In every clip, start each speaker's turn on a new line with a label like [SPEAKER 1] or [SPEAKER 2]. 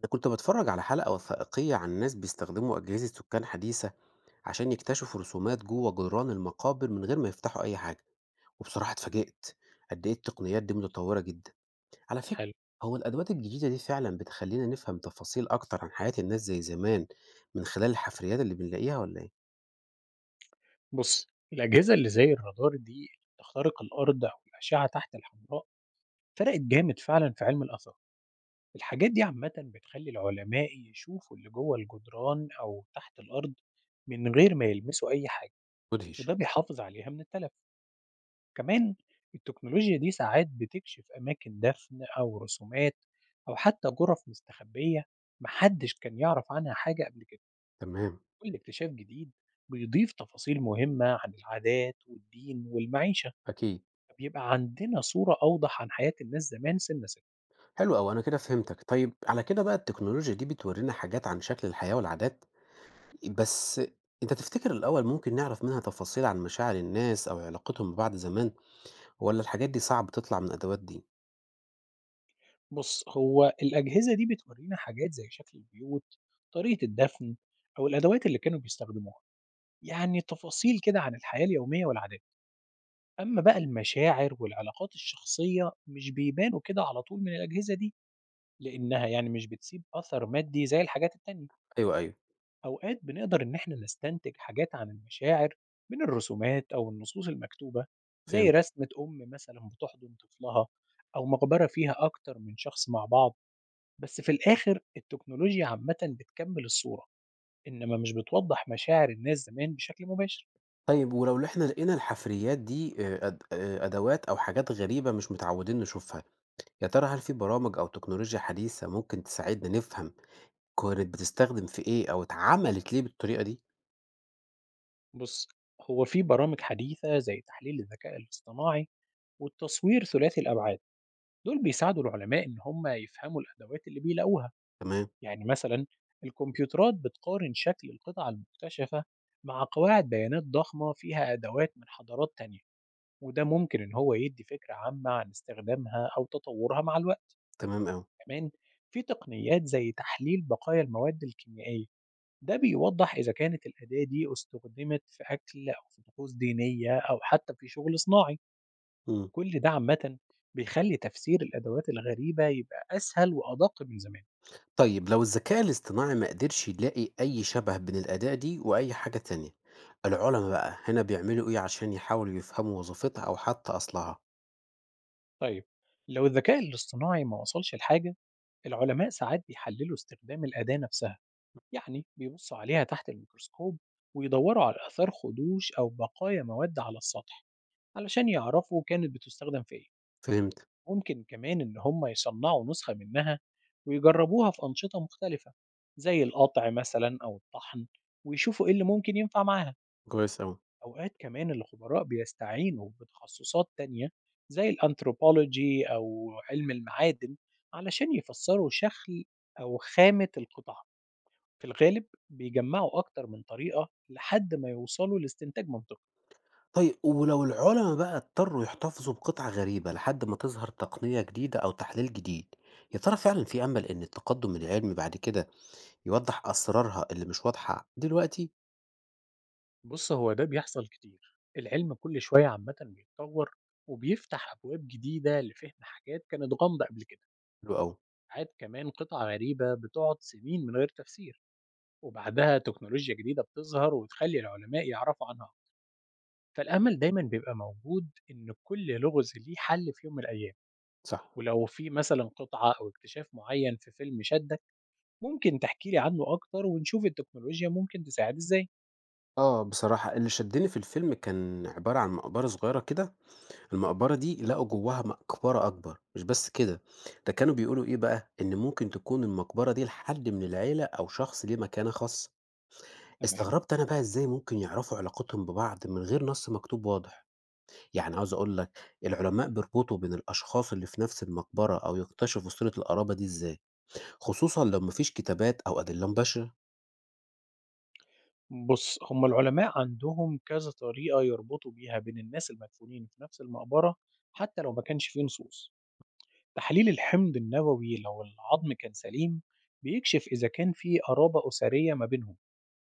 [SPEAKER 1] أنا كنت باتفرج على حلقة وثائقية عن ناس بيستخدموا أجهزة سكان حديثة عشان يكتشفوا رسومات جوه جدران المقابر من غير ما يفتحوا أي حاجة، وبصراحة اتفاجئت قد إيه التقنيات دي متطورة جدا، على فكرة
[SPEAKER 2] حلو.
[SPEAKER 1] هو الأدوات الجديدة دي فعلا بتخلينا نفهم تفاصيل أكتر عن حياة الناس زي زمان من خلال الحفريات اللي بنلاقيها ولا إيه؟
[SPEAKER 2] بُص، الأجهزة اللي زي الرادار دي اللي بتخترق الأرض أو الأشعة تحت الحمراء فرقت جامد فعلًا في علم الآثار. الحاجات دي عامةً بتخلّي العلماء يشوفوا اللي جوّه الجدران أو تحت الأرض من غير ما يلمسوا أي حاجة،
[SPEAKER 1] مدهش.
[SPEAKER 2] وده بيحافظ عليها من التلف. كمان التكنولوجيا دي ساعات بتكشف أماكن دفن أو رسومات أو حتى غرف مستخبية ما حدش كان يعرف عنها حاجة قبل كده.
[SPEAKER 1] تمام.
[SPEAKER 2] كل اكتشاف جديد بيضيف تفاصيل مهمة عن العادات والدين والمعيشة،
[SPEAKER 1] أكيد.
[SPEAKER 2] فبيبقى عندنا صورة أوضح عن حياة الناس زمان سنة سنة.
[SPEAKER 1] حلو أوي، أنا كده فهمتك. طيب على كده بقى التكنولوجيا دي بتورينا حاجات عن شكل الحياة والعادات، بس أنت تفتكر الأول ممكن نعرف منها تفاصيل عن مشاعر الناس أو علاقتهم ببعض زمان، ولا الحاجات دي صعب تطلع من الأدوات دي؟
[SPEAKER 2] بص، هو الأجهزة دي بتورينا حاجات زي شكل البيوت، طريقة الدفن، أو الأدوات اللي كانوا بيستخدموها، يعني تفاصيل كده عن الحياة اليومية والعادات. أما بقى المشاعر والعلاقات الشخصية مش بيبانوا كده على طول من الأجهزة دي، لأنها يعني مش بتسيب أثر مادي زي الحاجات التانية.
[SPEAKER 1] أيوه، أيوه.
[SPEAKER 2] أوقات بنقدر إن إحنا نستنتج حاجات عن المشاعر من الرسومات أو النصوص المكتوبة، زي
[SPEAKER 1] فهمت.
[SPEAKER 2] رسمة أم مثلا بتحضن طفلها أو مقبرة فيها أكتر من شخص مع بعض. بس في الآخر التكنولوجيا عامة بتكمل الصورة، إنما مش بتوضح مشاعر الناس زمان بشكل مباشر.
[SPEAKER 1] طيب ولو إحنا لقينا الحفريات دي أد أدوات أو حاجات غريبة مش متعودين نشوفها، يا ترى هل في برامج أو تكنولوجيا حديثة ممكن تساعدنا نفهم كانت بتستخدم في إيه أو اتعملت ليه بالطريقة دي؟
[SPEAKER 2] بص، هو في برامج حديثة زي تحليل الذكاء الاصطناعي والتصوير ثلاثي الأبعاد، دول بيساعدوا العلماء إن هم يفهموا الأدوات اللي بيلاقوها.
[SPEAKER 1] تمام.
[SPEAKER 2] يعني مثلا الكمبيوترات بتقارن شكل القطع المكتشفة مع قواعد بيانات ضخمة فيها أدوات من حضارات تانية، وده ممكن إن هو يدي فكرة عامة عن استخدامها أو تطورها مع الوقت.
[SPEAKER 1] تمام أوي.
[SPEAKER 2] كمان في تقنيات زي تحليل بقايا المواد الكيميائية، ده بيوضح إذا كانت الأداة دي استخدمت في أكل أو في طقوس دينية أو حتى في شغل صناعي.
[SPEAKER 1] إمم.
[SPEAKER 2] كل ده عامة بيخلي تفسير الأدوات الغريبة يبقى أسهل وأدق من زمان.
[SPEAKER 1] طيب لو الذكاء الاصطناعي ما قدرش يلاقي أي شبه بين الأداة دي وأي حاجة تانية، العلماء بقى هنا بيعملوا إيه عشان يحاولوا يفهموا وظيفتها أو حتى أصلها؟
[SPEAKER 2] طيب، لو الذكاء الاصطناعي ما وصلش لحاجة، العلماء ساعات بيحللوا استخدام الأداة نفسها، يعني بيبصوا عليها تحت الميكروسكوب ويدوروا على آثار خدوش أو بقايا مواد على السطح علشان يعرفوا كانت بتستخدم في إيه.
[SPEAKER 1] فهمت.
[SPEAKER 2] ممكن كمان إن هم يصنعوا نسخة منها ويجربوها في أنشطة مختلفة زي القطع مثلا أو الطحن، ويشوفوا إيه اللي ممكن ينفع معاها.
[SPEAKER 1] كويس أوي.
[SPEAKER 2] أوقات كمان الخبراء بيستعينوا بتخصصات تانية زي الأنثروبولوجي أو علم المعادن علشان يفسروا شكل أو خامة القطع. في الغالب بيجمعوا أكتر من طريقة لحد ما يوصلوا لاستنتاج منطقي.
[SPEAKER 1] طيب ولو العلماء بقى اضطروا يحتفظوا بقطعة غريبة لحد ما تظهر تقنية جديدة أو تحليل جديد، يا ترى فعلا في أمل إن التقدم العلمي بعد كده يوضح أسرارها اللي مش واضحة دلوقتي؟
[SPEAKER 2] بص، هو ده بيحصل كتير. العلم كل شوية عامة بيتطور وبيفتح أبواب جديدة لفهم حاجات كانت غامضة قبل كده.
[SPEAKER 1] حلو أوي.
[SPEAKER 2] ساعات كمان قطع غريبة بتقعد سنين من غير تفسير، وبعدها تكنولوجيا جديدة بتظهر وتخلي العلماء يعرفوا عنها أكتر. فالأمل دايمًا بيبقى موجود إن كل لغز ليه حل في يوم من الأيام،
[SPEAKER 1] صح.
[SPEAKER 2] ولو في مثلًا قطعة أو اكتشاف معين في فيلم شدّك، ممكن تحكي لي عنه أكتر ونشوف التكنولوجيا ممكن تساعد إزاي.
[SPEAKER 1] آه بصراحة اللي شدني في الفيلم كان عبارة عن مقبرة صغيرة كده، المقبرة دي لقوا جواها مقبرة أكبر، مش بس كده، ده كانوا بيقولوا إيه بقى؟ إن ممكن تكون المقبرة دي لحد من العيلة أو شخص ليه مكانة خاصة.
[SPEAKER 2] تمام.
[SPEAKER 1] استغربت أنا بقى إزاي ممكن يعرفوا علاقتهم ببعض من غير نص مكتوب واضح، يعني عاوز أقول لك العلماء بيربطوا بين الأشخاص اللي في نفس المقبرة أو يكتشفوا صلة القرابة دي إزاي، خصوصًا لو مفيش كتابات أو أدلة مباشرة.
[SPEAKER 2] بُص، هم العلماء عندهم كذا طريقة يربطوا بيها بين الناس المدفونين في نفس المقبرة حتى لو ما كانش في نصوص. تحليل الحمض النووي لو العظم كان سليم، بيكشف إذا كان في قرابة أسرية ما بينهم.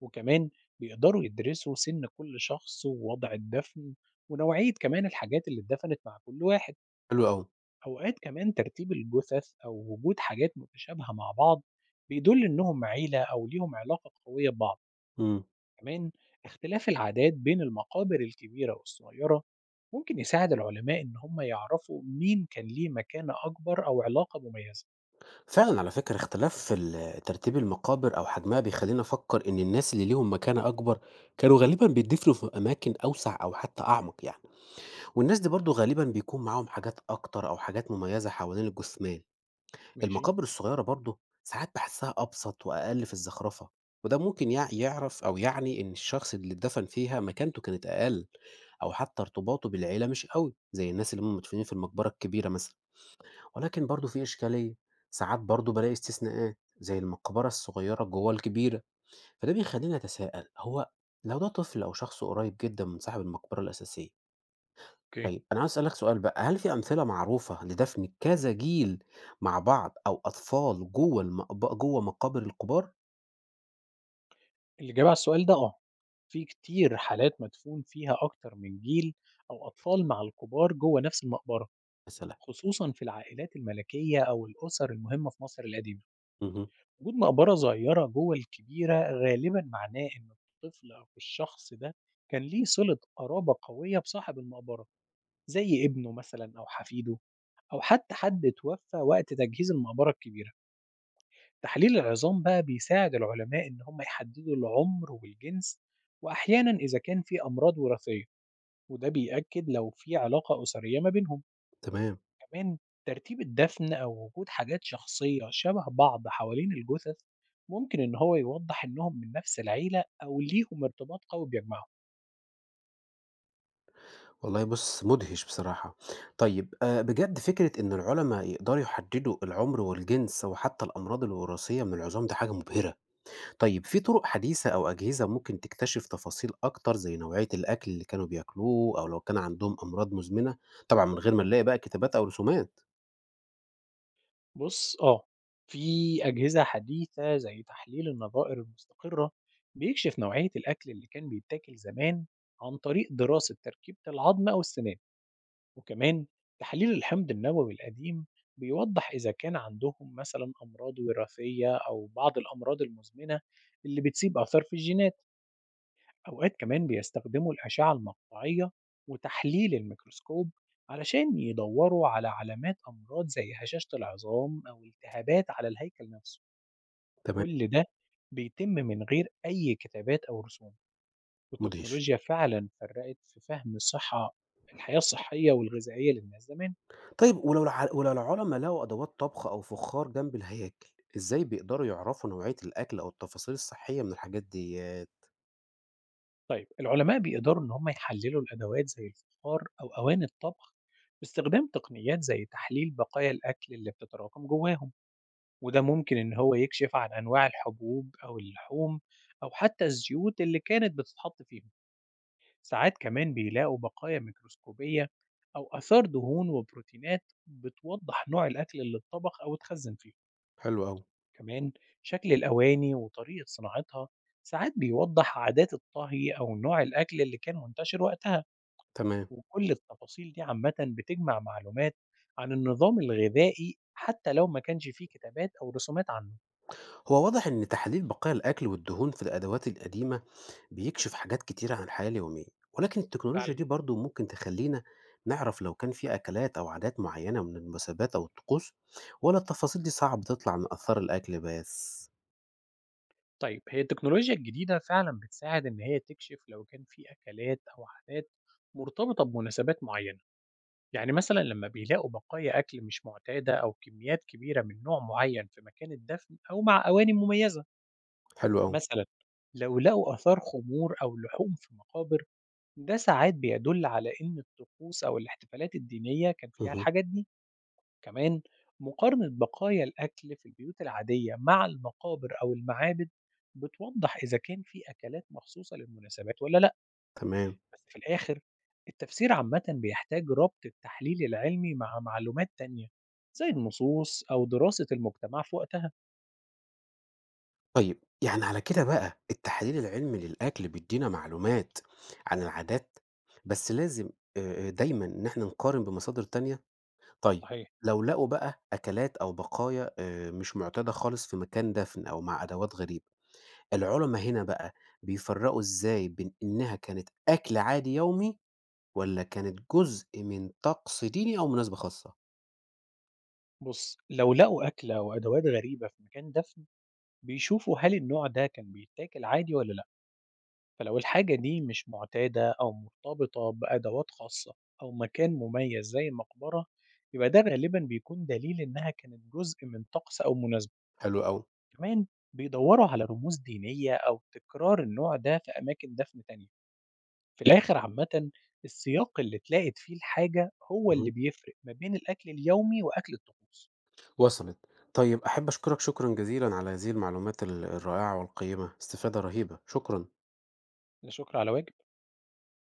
[SPEAKER 2] وكمان بيقدروا يدرسوا سن كل شخص ووضع الدفن ونوعية كمان الحاجات اللي اتدفنت مع كل واحد.
[SPEAKER 1] حلو أوي.
[SPEAKER 2] أوقات كمان ترتيب الجثث أو وجود حاجات متشابهة مع بعض بيدل إنهم عيلة أو ليهم علاقة قوية ببعض.
[SPEAKER 1] إمم.
[SPEAKER 2] كمان اختلاف العادات بين المقابر الكبيرة والصغيرة ممكن يساعد العلماء إن هم يعرفوا مين كان ليه مكانة أكبر أو علاقة مميزة.
[SPEAKER 1] فعلا على فكرة اختلاف في ترتيب المقابر أو حجمها بيخليني أفكر إن الناس اللي ليهم مكانة أكبر كانوا غالبا بيدفنوا في أماكن أوسع أو حتى أعمق يعني، والناس دي برضو غالبا بيكون معاهم حاجات أكتر أو حاجات مميزة حوالين الجثمان.
[SPEAKER 2] ماشي.
[SPEAKER 1] المقابر الصغيرة برضو ساعات بحسها أبسط وأقل في الزخرفة، وده ممكن يعرف أو يعني إن الشخص اللي اتدفن فيها مكانته كانت أقل، أو حتى ارتباطه بالعيلة مش قوي زي الناس اللي هم مدفونين في المقبرة الكبيرة مثلا. ولكن برضه في إشكالية، ساعات برضه بالاقي استثناءات، زي المقبرة الصغيرة جوّه الكبيرة، فده بيخلّيني أتساءل، هو لو ده طفل أو شخص قريب جدًا من صاحب المقبرة الأساسية.
[SPEAKER 2] اوكي.
[SPEAKER 1] طيب أنا عاوز أسألك سؤال بقى، هل في أمثلة معروفة لدفن كذا جيل مع بعض أو أطفال جوّه جوّه مقابر الكبار؟
[SPEAKER 2] اللي جاب على السؤال ده في كتير حالات مدفون فيها أكتر من جيل أو أطفال مع الكبار جوه نفس المقبرة،
[SPEAKER 1] يا سلام!
[SPEAKER 2] خصوصا في العائلات الملكية أو الأسر المهمة في مصر القديمة.
[SPEAKER 1] اهم.
[SPEAKER 2] وجود مقبرة صغيرة جوه الكبيرة غالبا معناه إن الطفل أو الشخص ده كان ليه صلة قرابة قوية بصاحب المقبرة، زي ابنه مثلا أو حفيده، أو حتى حد توفى وقت تجهيز المقبرة الكبيرة. تحليل العظام بقى بيساعد العلماء إن هم يحددوا العمر والجنس، وأحيانا إذا كان في أمراض وراثية، وده بيأكد لو في علاقة أسرية ما بينهم.
[SPEAKER 1] تمام.
[SPEAKER 2] كمان ترتيب الدفن أو وجود حاجات شخصية شبه بعض حوالين الجثث ممكن إن هو يوضح إنهم من نفس العيلة أو ليهم ارتباط قوي بيجمعهم.
[SPEAKER 1] والله بُص مدهش بصراحة. طيب بجد فكرة إن العُلما يقدروا يحددوا العمر والجنس وحتى الأمراض الوراثية من العظام دي حاجة مبهرة. طيب في طرق حديثة أو أجهزة ممكن تكتشف تفاصيل أكتر زي نوعية الأكل اللي كانوا بياكلوه أو لو كان عندهم أمراض مزمنة، طبعا من غير ما نلاقي بقى كتابات أو رسومات.
[SPEAKER 2] بص، في أجهزة حديثة زي تحليل النظائر المستقرة بيكشف نوعية الأكل اللي كان بيتاكل زمان عن طريق دراسة تركيبة العظم أو السنان. وكمان تحليل الحمض النووي القديم بيوضح إذا كان عندهم مثلا أمراض وراثية أو بعض الأمراض المزمنة اللي بتسيب آثار في الجينات. أوقات كمان بيستخدموا الأشعة المقطعية وتحليل الميكروسكوب علشان يدوروا على علامات أمراض زي هشاشة العظام أو التهابات على الهيكل نفسه.
[SPEAKER 1] تمام.
[SPEAKER 2] كل ده بيتم من غير أي كتابات أو رسوم،
[SPEAKER 1] مدهش.
[SPEAKER 2] والتكنولوجيا فعلا فرقت في فهم الصحة، الحياة الصحية والغذائية للناس زمان.
[SPEAKER 1] طيب ولو العلماء لقوا أدوات طبخ أو فخار جنب الهياكل إزاي بيقدروا يعرفوا نوعية الأكل أو التفاصيل الصحية من الحاجات دي؟
[SPEAKER 2] طيب، العلماء بيقدروا إن هم يحللوا الأدوات زي الفخار أو أواني الطبخ باستخدام تقنيات زي تحليل بقايا الأكل اللي بتتراكم جواهم، وده ممكن إن هو يكشف عن أنواع الحبوب أو اللحوم أو حتى الزيوت اللي كانت بتتحط فيهم. ساعات كمان بيلاقوا بقايا ميكروسكوبية أو آثار دهون وبروتينات بتوضح نوع الأكل اللي اتطبخ أو اتخزن فيه.
[SPEAKER 1] حلو أوي.
[SPEAKER 2] كمان شكل الأواني وطريقة صناعتها ساعات بيوضح عادات الطهي أو نوع الأكل اللي كان منتشر وقتها.
[SPEAKER 1] تمام.
[SPEAKER 2] وكل التفاصيل دي عامةً بتجمع معلومات عن النظام الغذائي حتى لو ما كانش فيه كتابات أو رسومات عنه.
[SPEAKER 1] هو واضح إن تحليل بقايا الأكل والدهون في الأدوات القديمة بيكشف حاجات كتيرة عن الحياة اليومية، ولكن التكنولوجيا
[SPEAKER 2] فعلا.
[SPEAKER 1] دي برضو ممكن تخلينا نعرف لو كان في أكلات أو عادات معينة من المناسبات أو الطقوس، ولا التفاصيل دي صعب تطلع من أثار الأكل بس؟
[SPEAKER 2] طيب، هي التكنولوجيا الجديدة فعلا بتساعد إن هي تكشف لو كان في أكلات أو عادات مرتبطة بمناسبات معينة، يعني مثلا لما بيلاقوا بقايا أكل مش معتادة أو كميات كبيرة من نوع معين في مكان الدفن أو مع أواني مميزة.
[SPEAKER 1] حلو أوي.
[SPEAKER 2] مثلا لو لقوا آثار خمور أو لحوم في مقابر، ده ساعات بيدل على إن الطقوس أو الاحتفالات الدينية كان فيها
[SPEAKER 1] مه.
[SPEAKER 2] الحاجات دي. كمان مقارنة بقايا الأكل في البيوت العادية مع المقابر أو المعابد بتوضح إذا كان في أكلات مخصوصة للمناسبات ولا لأ.
[SPEAKER 1] تمام.
[SPEAKER 2] بس في الآخر التفسير عامة بيحتاج ربط التحليل العلمي مع معلومات تانية زي النصوص أو دراسة المجتمع في وقتها.
[SPEAKER 1] طيب يعني على كده بقى التحليل العلمي للأكل بيدينا معلومات عن العادات، بس لازم دايما إن احنا نقارن بمصادر تانية. طيب
[SPEAKER 2] صحيح.
[SPEAKER 1] لو لقوا بقى أكلات أو بقايا مش معتادة خالص في مكان دفن أو مع أدوات غريبة، العُلما هنا بقى بيفرّقوا إزاي بين إنها كانت أكل عادي يومي، والّا كانت جزء من طقس ديني أو مناسبة خاصة؟
[SPEAKER 2] بص، لو لقوا أكلة وأدوات غريبة في مكان دفن، بيشوفوا هل النوع ده كان بيتاكل عادي ولا لأ. فلو الحاجة دي مش معتادة أو مرتبطة بأدوات خاصة أو مكان مميز زي المقبرة، يبقى ده غالبا بيكون دليل إنها كانت جزء من طقس أو مناسبة.
[SPEAKER 1] حلو أوي.
[SPEAKER 2] كمان بيدوروا على رموز دينية أو تكرار النوع ده في أماكن دفن تانية. في الآخر عامة السياق اللي اتلاقت فيه الحاجة هو اللي
[SPEAKER 1] اهم.
[SPEAKER 2] بيفرق ما بين الأكل اليومي وأكل الطقوس.
[SPEAKER 1] وصلت. طيب أحب أشكرك شكرًا جزيلًا على هذه المعلومات الرائعة والقيّمة، استفادة رهيبة، شكرًا.
[SPEAKER 2] لا شكر على واجب.